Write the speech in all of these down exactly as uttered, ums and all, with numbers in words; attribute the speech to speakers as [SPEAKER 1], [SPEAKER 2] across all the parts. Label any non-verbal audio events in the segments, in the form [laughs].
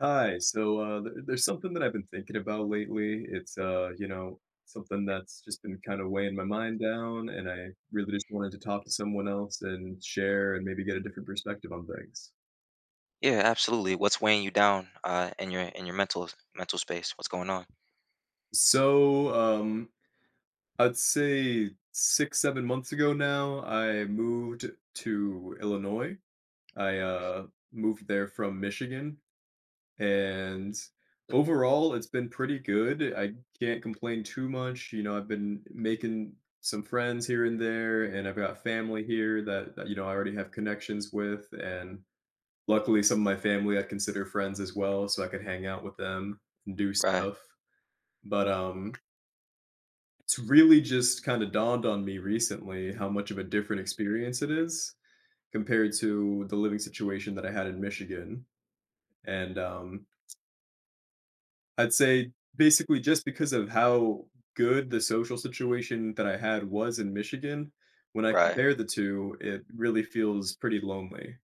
[SPEAKER 1] Hi. So uh, there- there's something that I've been thinking about lately. It's uh, you know, something that's just been kind of weighing my mind down, and I really just wanted to talk to someone else and share and maybe get a different perspective on things.
[SPEAKER 2] Yeah, absolutely. What's weighing you down uh, in your in your mental mental space? What's going on?
[SPEAKER 1] So, um, I'd say six, seven months ago now, I moved to Illinois. I uh, moved there from Michigan. And overall, it's been pretty good. I can't complain too much. You know, I've been making some friends here and there, and I've got family here that, that you know I already have connections with, and luckily some of my family I consider friends as well, so I could hang out with them and do
[SPEAKER 2] Right,
[SPEAKER 1] stuff. But um, it's really just kind of dawned on me recently how much of a different experience it is compared to the living situation that I had in Michigan. And um, I'd say basically just because of how good the social situation that I had was in Michigan, when I
[SPEAKER 2] right.
[SPEAKER 1] compare the two, it really feels pretty lonely.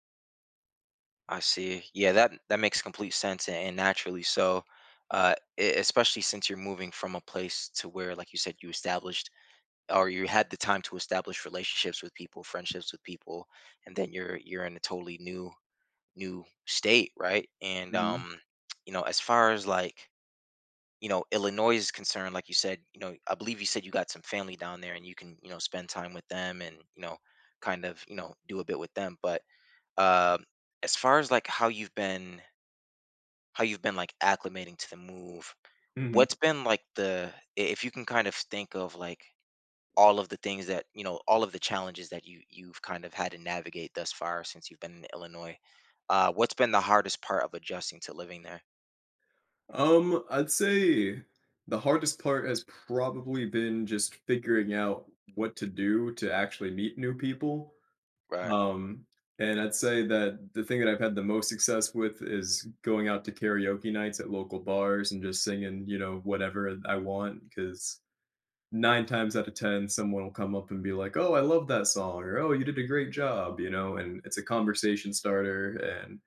[SPEAKER 2] I see. Yeah, that that makes complete sense and, and naturally so. Uh, e- especially since you're moving from a place to where, like you said, you established or you had the time to establish relationships with people, friendships with people, and then you're you're in a totally new new state, right? And
[SPEAKER 1] Mhm,
[SPEAKER 2] um, you know, as far as like you know Illinois is concerned, like you said, you know, I believe you said you got some family down there and you can, you know, spend time with them and, you know, kind of, you know, do a bit with them. But um as far as like how you've been, how you've been like acclimating to the move,
[SPEAKER 1] mhm.
[SPEAKER 2] what's been like the i- if you can kind of think of like all of the things that, you know, all of the challenges that you you've kind of had to navigate thus far since you've been in Illinois, uh what's been the hardest part of adjusting to living there?
[SPEAKER 1] Um, I'd say the hardest part has probably been just figuring out what to do to actually meet new people,
[SPEAKER 2] Right.
[SPEAKER 1] um, and I'd say that the thing that I've had the most success with is going out to karaoke nights at local bars and just singing, you know, whatever I want because nine times out of ten, someone will come up and be like, "Oh, I love that song," or "Oh, you did a great job," you know, and it's a conversation starter and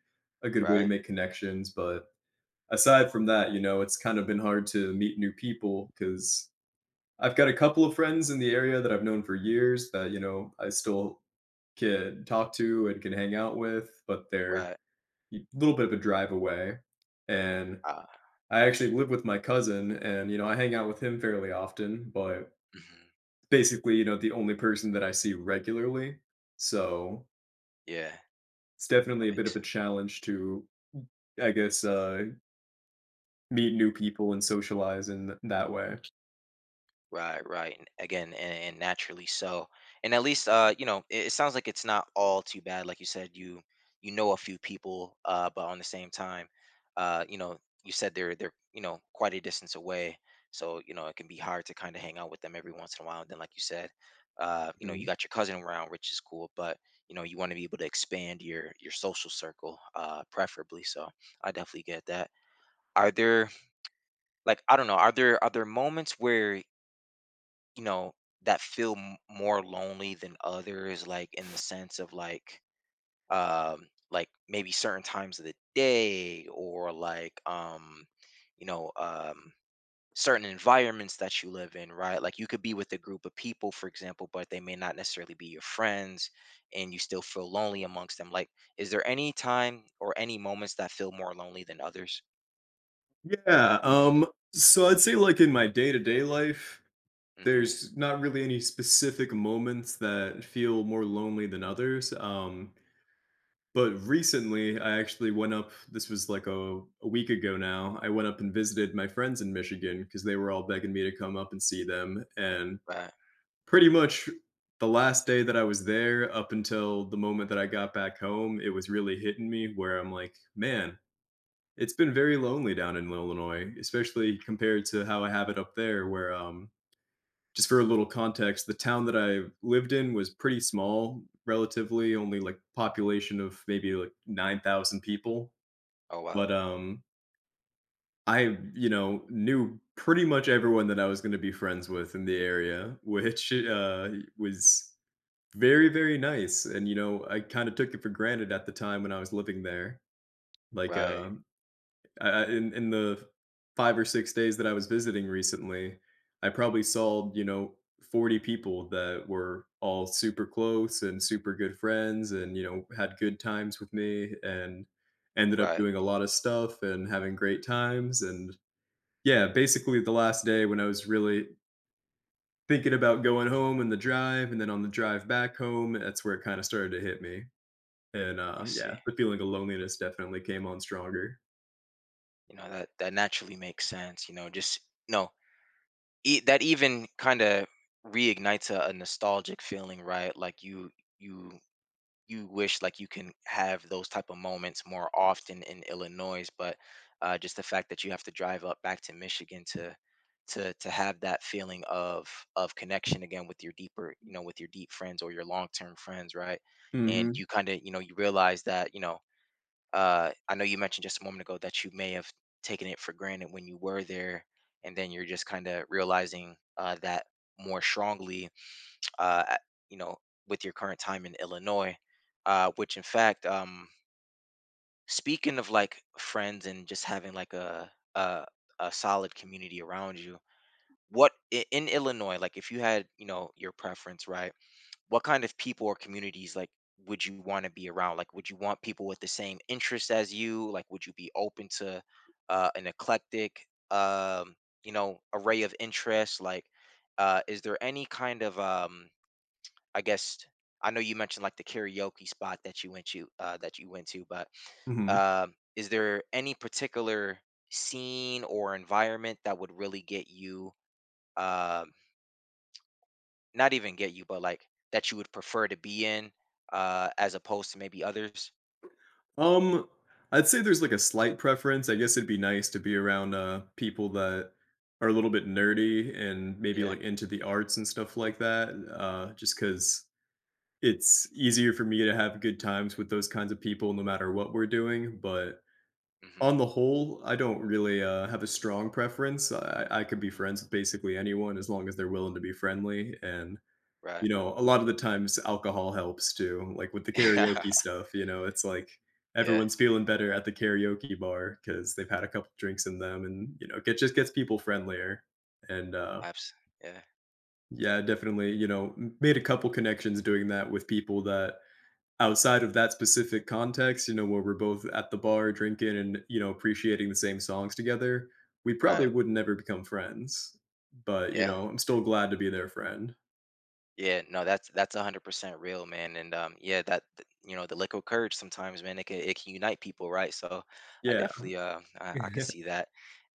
[SPEAKER 1] a good way to
[SPEAKER 2] Right.
[SPEAKER 1] make connections. But aside from that, you know, it's kind of been hard to meet new people because I've got a couple of friends in the area that I've known for years that you know I still can talk to and can hang out with, but they're
[SPEAKER 2] Right.
[SPEAKER 1] a little bit of a drive away, and
[SPEAKER 2] uh
[SPEAKER 1] I actually live with my cousin, and you know I hang out with him fairly often, but
[SPEAKER 2] mhm.
[SPEAKER 1] basically, you know, the only person that I see regularly. So
[SPEAKER 2] Yeah.
[SPEAKER 1] it's
[SPEAKER 2] That
[SPEAKER 1] definitely a bit
[SPEAKER 2] makes
[SPEAKER 1] of a
[SPEAKER 2] sense.
[SPEAKER 1] challenge to, I guess, uh, meet new people and socialize in that way.
[SPEAKER 2] Right, right. And again, and, and naturally so. And at least uh, you know, it, it sounds like it's not all too bad. Like you said, you you know a few people, uh, but on the same time, uh, you know, you said they're they're, you know, quite a distance away. So, you know, it can be hard to kind of hang out with them every once in a while. And then like you said, uh, you know, you
[SPEAKER 1] Mhm.
[SPEAKER 2] got your cousin around, which is cool. But you know, you want to be able to expand your your social circle, uh, preferably. So I definitely get that. Are there, like, I don't know, are there, are there moments where, you know, that feel m- more lonely than others, like in the sense of like, um like maybe certain times of the day, or like, um you know, um certain environments that you live in, right? Like you could be with a group of people, for example, but they may not necessarily be your friends, and you still feel lonely amongst them. Like, is there any time or any moments that feel more lonely than others?
[SPEAKER 1] Yeah. Um. So I'd say, like in my day to day life,
[SPEAKER 2] Hmm.
[SPEAKER 1] there's not really any specific moments that feel more lonely than others. Um. But recently, I actually went up. This was like a, a week ago now. I went up and visited my friends in Michigan because they were all begging me to come up and see them. And
[SPEAKER 2] Right.
[SPEAKER 1] pretty much the last day that I was there up until the moment that I got back home, it was really hitting me where I'm like, "Man, it's been very lonely down in Illinois," especially compared to how I have it up there where, um just for a little context, the town that I lived in was pretty small relatively, only, like, population of maybe, like, nine thousand people,
[SPEAKER 2] Oh wow.
[SPEAKER 1] but, um, I, you know, knew pretty much everyone that I was gonna be friends with in the area, which, uh, was very, very nice, and, you know, I kinda took it for granted at the time when I was living there. Like,
[SPEAKER 2] Right.
[SPEAKER 1] um, I I in in the five or six days that I was visiting recently, I probably saw, you know, forty people that were all super close and super good friends and, you know, had good times with me and ended
[SPEAKER 2] Right.
[SPEAKER 1] up
[SPEAKER 2] Right.
[SPEAKER 1] doing a lot of stuff and having great times, and yeah, basically the last day when I was really thinking about going home and the drive, and then on the drive back home, that's where it kinda started to hit me. And, uh,
[SPEAKER 2] I see.
[SPEAKER 1] yeah, the feeling of loneliness definitely came on stronger.
[SPEAKER 2] You know, that that naturally makes sense, you know, just no e- that even kind of reignites a, a nostalgic feeling, right? Like you, you you wish like you can have those type of moments more often in Illinois. But uh, just the fact that you have to drive up back to Michigan to to to have that feeling of of connection again with your deeper, you know, with your deep friends or your long-term friends, right? And
[SPEAKER 1] Mhm,
[SPEAKER 2] you kind of, you know, you realize that, you know, uh, I know you mentioned just a moment ago that you may have taken it for granted when you were there, and then you're just kind of realizing uh, that more strongly, uh, at- you know, with your current time in Illinois, uh, which in fact, um, speaking of like friends and just having like a a, a solid community around you, what i- in Illinois, like if you had, you know, your preference, right? What kind of people or communities, like, would you want to be around? Like would you want people with the same interests as you? Like would you be open to uh, an eclectic um you know array of interests? Like uh is there any kind of um I guess, I know you mentioned like the karaoke spot that you went to uh that you went to. But
[SPEAKER 1] mhm.
[SPEAKER 2] um is there any particular scene or environment that would really get you um not even get you, but like that you would prefer to be in, uh, as opposed to maybe others?
[SPEAKER 1] Um, I'd say there's, like, a slight preference. I guess it'd be nice to be around, uh, people that are a little bit nerdy and maybe,
[SPEAKER 2] Yeah.
[SPEAKER 1] like, into the arts and stuff like that, uh, just because it's easier for me to have good times with those kinds of people no matter what we're doing, but on
[SPEAKER 2] Mhm.
[SPEAKER 1] the whole, I don't really, uh, have a strong preference. I I could be friends with basically anyone as long as they're willing to be friendly, and
[SPEAKER 2] Right.
[SPEAKER 1] you know, a lot of the times alcohol helps too, like with the karaoke
[SPEAKER 2] [laughs]
[SPEAKER 1] stuff, you know, it's like
[SPEAKER 2] Yeah.
[SPEAKER 1] everyone's feeling better at the karaoke bar because 'cause they've had a couple drinks in them and, you know, it just gets people friendlier. And, uh,
[SPEAKER 2] Abs Yeah.
[SPEAKER 1] yeah, definitely, you know, m made a couple connections doing that with people that outside of that specific context, you know, where we're both at the bar drinking and, you know, appreciating the same songs together, we probably
[SPEAKER 2] Right.
[SPEAKER 1] would never become friends, but, you
[SPEAKER 2] Yeah.
[SPEAKER 1] know, I'm still glad to be their friend.
[SPEAKER 2] Yeah, no, that's that's one hundred percent real, man. And um, yeah, that th- you know, the liquid courage sometimes, man, it can, it can unite people, right? So I
[SPEAKER 1] Yeah.
[SPEAKER 2] definitely uh I, I could
[SPEAKER 1] [laughs]
[SPEAKER 2] see that.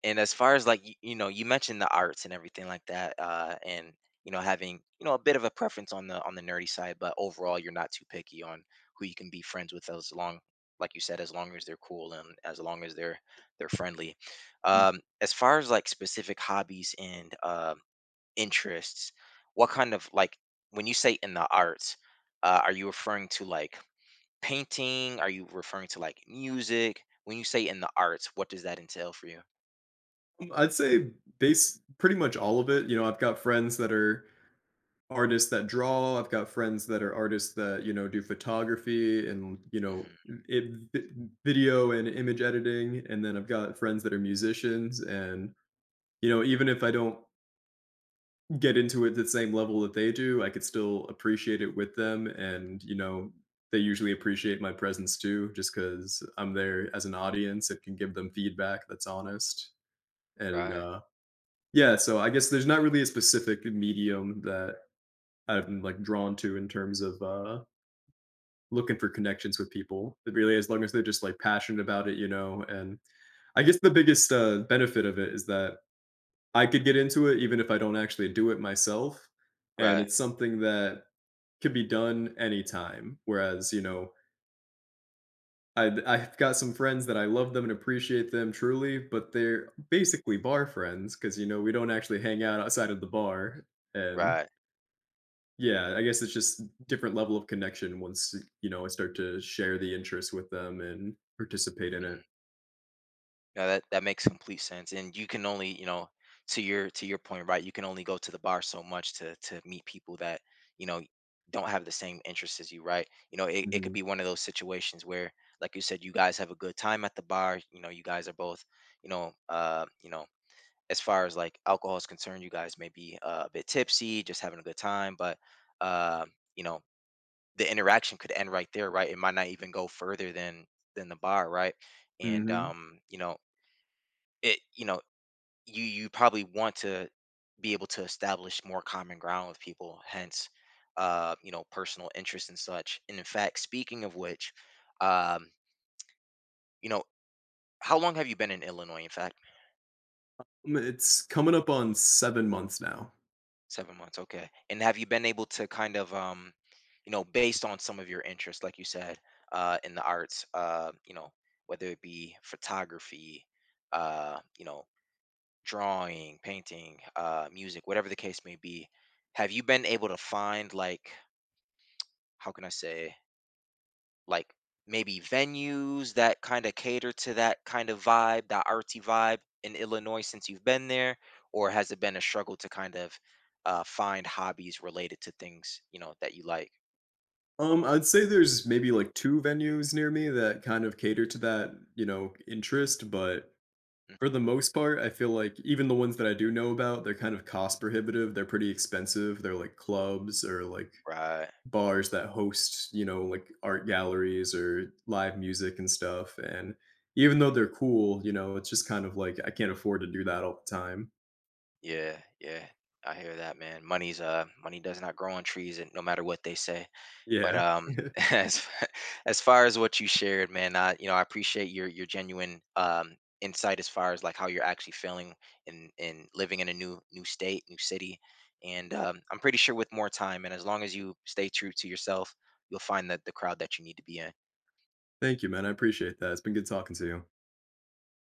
[SPEAKER 2] And as far as like you, you know, you mentioned the arts and everything like that, uh, and you know, having, you know, a bit of a preference on the on the nerdy side, but overall, you're not too picky on who you can be friends with, as long, like you said, as long as they're cool and as long as they're they're friendly. Um, as far as like specific hobbies and um interests, what kind of like, when you say in the arts, uh, are you referring to like painting? Are you referring to like music? When you say in the arts, what does that entail for you?
[SPEAKER 1] I'd say base pretty much all of it. You know, I've got friends that are artists that draw. I've got friends that are artists that you know do photography and you know
[SPEAKER 2] Hmm.
[SPEAKER 1] it, vi- video and image editing. And then I've got friends that are musicians. And you know, even if I don't get into it to the same level that they do, I could still appreciate it with them. And you know, they usually appreciate my presence too, just because I'm there as an audience. It can give them feedback that's honest. And
[SPEAKER 2] Right,
[SPEAKER 1] uh, Yeah, so I guess there's not really a specific medium that I'm like drawn to in terms of uh looking for connections with people. It really as long as they're just like passionate about it, you know, and I guess the biggest uh benefit of it is that I could get into it even if I don't actually do it myself. And
[SPEAKER 2] right,
[SPEAKER 1] it's something that could be done anytime. Whereas, you know, I I've got some friends that I love them and appreciate them truly, but they're basically bar friends because you know we don't actually hang out outside of the bar. And
[SPEAKER 2] right.
[SPEAKER 1] yeah, I guess it's just different level of connection once, you know, I start to share the interest with them and participate in
[SPEAKER 2] Mm-hmm.
[SPEAKER 1] it.
[SPEAKER 2] Yeah, that that makes complete sense. And you can only, you know, to your, to your point, right? You can only go to the bar so much to to meet people that, you know, don't have the same interests as you, right? You know, it, it could
[SPEAKER 1] Mhm,
[SPEAKER 2] be one of those situations where, like you said, you guys have a good time at the bar. You know, you guys are both, you know, uh, you know, as far as like alcohol is concerned, you guys may be, uh, a bit tipsy, just having a good time. But uh, you know, the interaction could end right there, right? It might not even go further than than the bar, right? And
[SPEAKER 1] mhm.
[SPEAKER 2] um, you know, it, you know, you you probably want to be able to establish more common ground with people, hence uh you know personal interests and such. And in fact, speaking of which, um you know, how long have you been in Illinois, in fact?
[SPEAKER 1] Um, it's coming up on seven months now.
[SPEAKER 2] Seven months, okay. And have you been able to kind of um you know, based on some of your interests, like you said, uh in the arts, uh you know, whether it be photography, uh you know, drawing, painting, uh music, whatever the case may be, have you been able to find like, how can I say, like maybe venues that kind of cater to that kind of vibe, that artsy vibe in Illinois since you've been there? Or has it been a struggle to kind of uh, find hobbies related to things, you know, that you like?
[SPEAKER 1] Um, I'd say there's maybe, like, two venues near me that kind of cater to that, you know, interest, but for the
[SPEAKER 2] Mhm.
[SPEAKER 1] most part, I feel like even the ones that I do know about, they're kind of cost prohibitive, they're pretty expensive, they're like clubs or, like,
[SPEAKER 2] Right.
[SPEAKER 1] bars that host, you know, like art galleries or live music and stuff. And even though they're cool, you know, it's just kind of like I can't afford to do that all the time.
[SPEAKER 2] Yeah, yeah. I hear that, man. Money's uh money does not grow on trees, and no matter what they say. But
[SPEAKER 1] Yeah.
[SPEAKER 2] um
[SPEAKER 1] [laughs]
[SPEAKER 2] [laughs] as f- as far as what you shared, man, I, you know, I appreciate your your genuine um insight as far as like how you're actually feeling in in living in a new new state, new city. And um I'm pretty sure with more time and as long as you stay true to yourself, you'll find that the crowd that you need to be in.
[SPEAKER 1] Thank you, man. I appreciate that. It's been good talking to you.